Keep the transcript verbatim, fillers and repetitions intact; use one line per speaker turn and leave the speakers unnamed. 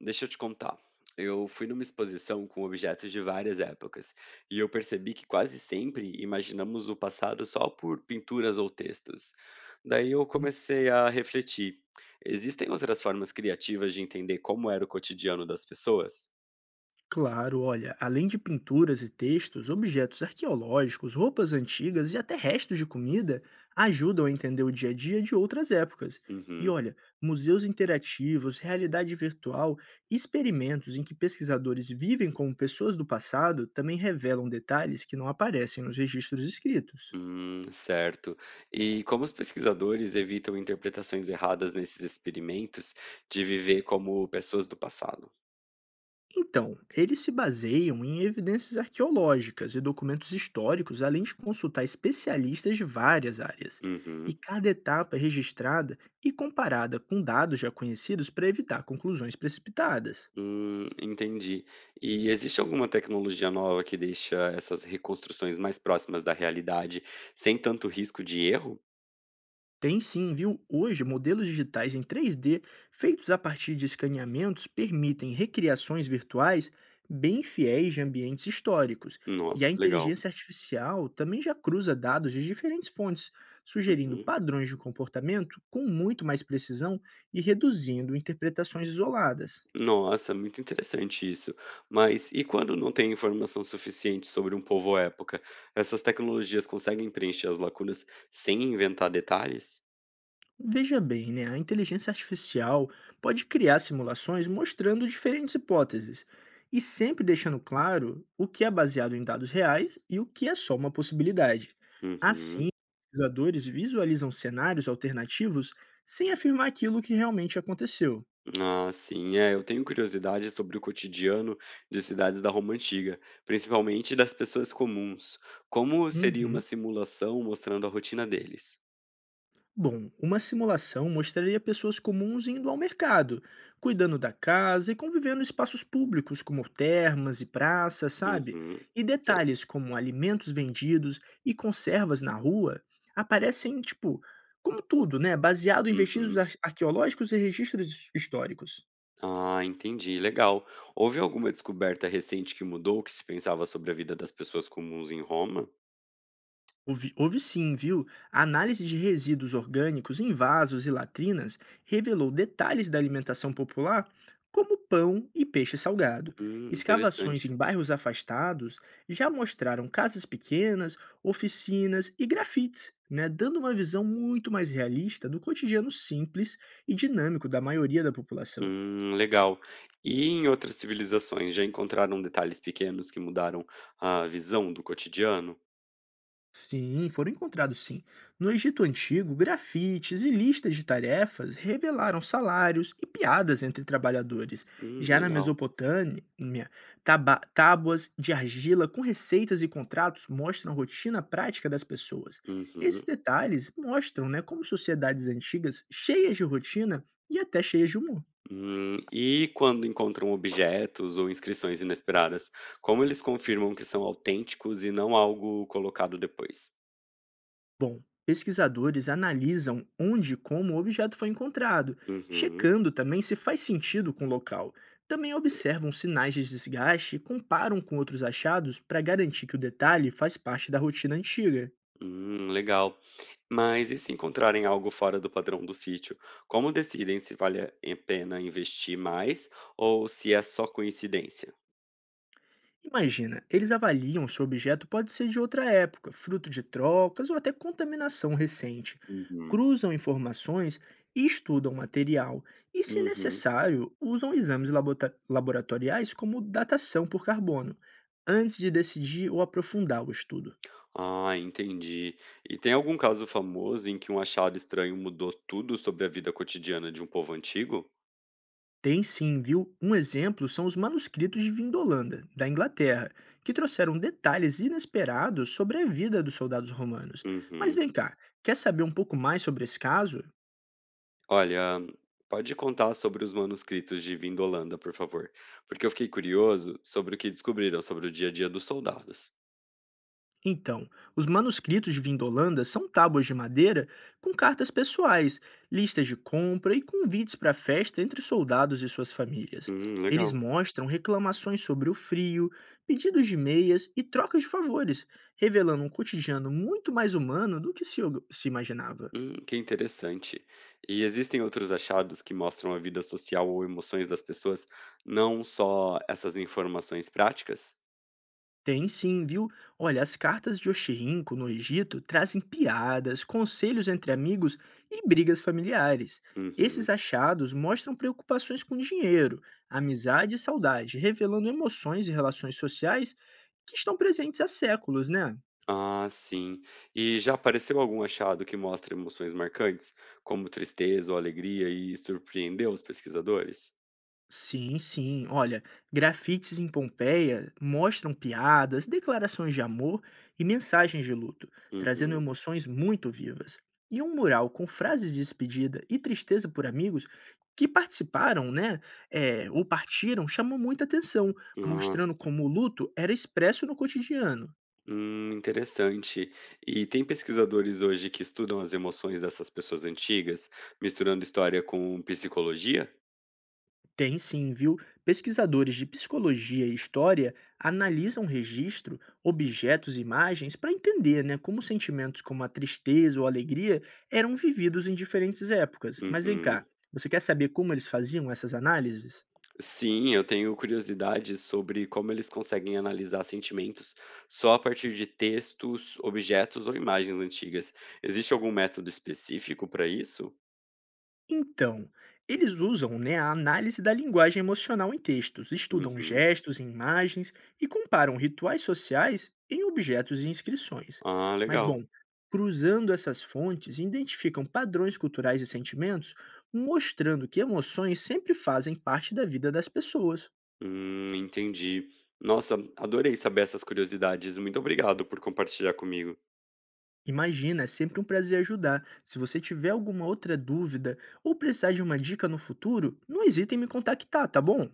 Deixa eu te contar. Eu fui numa exposição com objetos de várias épocas e eu percebi que quase sempre imaginamos o passado só por pinturas ou textos. Daí eu
Hum,
comecei a refletir: existem outras formas criativas de entender como era o cotidiano das pessoas?
Claro, olha, além de pinturas e textos, objetos arqueológicos, roupas antigas e até restos de comida ajudam a entender o dia a dia de outras épocas. E
Uhum.
olha, museus interativos, realidade virtual, experimentos em que pesquisadores vivem como pessoas do passado também revelam detalhes que não aparecem nos registros escritos.
Hum, certo. E como os pesquisadores evitam interpretações erradas nesses experimentos de viver como pessoas do passado?
Então, eles se baseiam em evidências arqueológicas e documentos históricos, além de consultar especialistas de várias áreas. E
Uhum.
cada etapa é registrada e comparada com dados já conhecidos para evitar conclusões precipitadas.
Hum, entendi. E existe alguma tecnologia nova que deixa essas reconstruções mais próximas da realidade, sem tanto risco de erro?
Tem sim, viu? Hoje, modelos digitais em três D, feitos a partir de escaneamentos, permitem recriações virtuais bem fiéis de ambientes históricos. E
Nossa,
a
que legal.
inteligência artificial também já cruza dados de diferentes fontes, sugerindo
Uhum.
padrões de comportamento com muito mais precisão e reduzindo interpretações isoladas.
Nossa, muito interessante isso. Mas e quando não tem informação suficiente sobre um povo ou época? Essas tecnologias conseguem preencher as lacunas sem inventar detalhes?
Veja bem, né? A inteligência artificial pode criar simulações mostrando diferentes hipóteses e sempre deixando claro o que é baseado em dados reais e o que é só uma possibilidade. Assim,
Uhum.
pesquisadores visualizam cenários alternativos sem afirmar aquilo que realmente aconteceu.
Ah, sim. É, eu tenho curiosidade sobre o cotidiano de cidades da Roma antiga, principalmente das pessoas comuns. Como seria uma
Uhum.
simulação mostrando a rotina deles?
Bom, uma simulação mostraria pessoas comuns indo ao mercado, cuidando da casa e convivendo em espaços públicos como termas e praças, sabe?
Uhum.
E
Sei.
detalhes como alimentos vendidos e conservas na rua aparecem, tipo, como tudo, né? Baseado em vestígios
Uhum.
ar- arqueológicos e registros his- históricos.
Ah, entendi. Legal. Houve alguma descoberta recente que mudou o que se pensava sobre a vida das pessoas comuns em Roma?
Houve, houve sim, viu? A análise de resíduos orgânicos em vasos e latrinas revelou detalhes da alimentação popular, como pão e peixe salgado.
Hum, interessante.
Escavações em bairros afastados já mostraram casas pequenas, oficinas e grafites, né, dando uma visão muito mais realista do cotidiano simples e dinâmico da maioria da população.
Hum, legal. E em outras civilizações, já encontraram detalhes pequenos que mudaram a visão do cotidiano?
Sim, foram encontrados sim. No Egito Antigo, grafites e listas de tarefas revelaram salários e piadas entre trabalhadores.
Hum,
Já na
legal.
Mesopotâmia, taba- tábuas de argila com receitas e contratos mostram a rotina prática das pessoas. Esses
Uhum.
detalhes mostram, né, como sociedades antigas, cheias de rotina e até cheias de humor.
Hum, e quando encontram objetos ou inscrições inesperadas, como eles confirmam que são autênticos e não algo colocado depois?
Bom, pesquisadores analisam onde e como o objeto foi encontrado,
Uhum.
checando também se faz sentido com o local. Também
Ok.
observam sinais de desgaste e comparam com outros achados para garantir que o detalhe faz parte da rotina antiga.
Hum, legal. Mas e se encontrarem algo fora do padrão do sítio? Como decidem se vale a pena investir mais ou se é só coincidência?
Imagina, eles avaliam se o objeto pode ser de outra época, fruto de trocas ou até contaminação recente.
Uhum.
Cruzam informações e estudam material, e, se
Uhum.
necessário, usam exames labota- laboratoriais como datação por carbono, antes de decidir ou aprofundar o estudo.
Ah, entendi. E tem algum caso famoso em que um achado estranho mudou tudo sobre a vida cotidiana de um povo antigo?
Tem sim, viu? Um exemplo são os manuscritos de Vindolanda, da Inglaterra, que trouxeram detalhes inesperados sobre a vida dos soldados romanos. Mas
Uhum.
vem cá, quer saber um pouco mais sobre esse caso?
Olha, pode contar sobre os manuscritos de Vindolanda, por favor, porque eu fiquei curioso sobre o que descobriram sobre o dia a dia dos soldados.
Então, os manuscritos de Vindolanda são tábuas de madeira com cartas pessoais, listas de compra e convites para festa entre soldados e suas famílias.
Hum,
Eles
legal.
mostram reclamações sobre o frio, pedidos de meias e trocas de favores, revelando um cotidiano muito mais humano do que se, se imaginava.
Hum, que interessante. E existem outros achados que mostram a vida social ou emoções das pessoas, não só essas informações práticas?
Tem sim, viu? Olha, as cartas de Oxirrinco no Egito trazem piadas, conselhos entre amigos e brigas familiares.
Uhum.
Esses achados mostram preocupações com dinheiro, amizade e saudade, revelando emoções e relações sociais que estão presentes há séculos, né?
Ah, sim. E já apareceu algum achado que mostra emoções marcantes, como tristeza ou alegria, e surpreendeu os pesquisadores?
Sim, sim. Olha, grafites em Pompeia mostram piadas, declarações de amor e mensagens de luto, trazendo
Uhum.
emoções muito vivas. E um mural com frases de despedida e tristeza por amigos que participaram, né, eh, ou partiram, chamou muita atenção,
Ah.
mostrando como o luto era expresso no cotidiano.
Hum, interessante. E tem pesquisadores hoje que estudam as emoções dessas pessoas antigas, misturando história com psicologia?
Tem sim, viu? Pesquisadores de psicologia e história analisam registro, objetos e imagens para entender, né, como sentimentos como a tristeza ou a alegria eram vividos em diferentes épocas. Mas vem
Uhum.
cá, você quer saber como eles faziam essas análises?
Sim, eu tenho curiosidade sobre como eles conseguem analisar sentimentos só a partir de textos, objetos ou imagens antigas. Existe algum método específico para isso?
Então, eles usam, né, a análise da linguagem emocional em textos, estudam
Uhum.
gestos e imagens e comparam rituais sociais em objetos e inscrições.
Ah,
Mas,
legal.
bom, cruzando essas fontes, identificam padrões culturais e sentimentos, mostrando que emoções sempre fazem parte da vida das pessoas.
Hum, entendi. Nossa, adorei saber essas curiosidades. Muito obrigado por compartilhar comigo.
Imagina, é sempre um prazer ajudar. Se você tiver alguma outra dúvida ou precisar de uma dica no futuro, não hesite em me contactar, tá bom?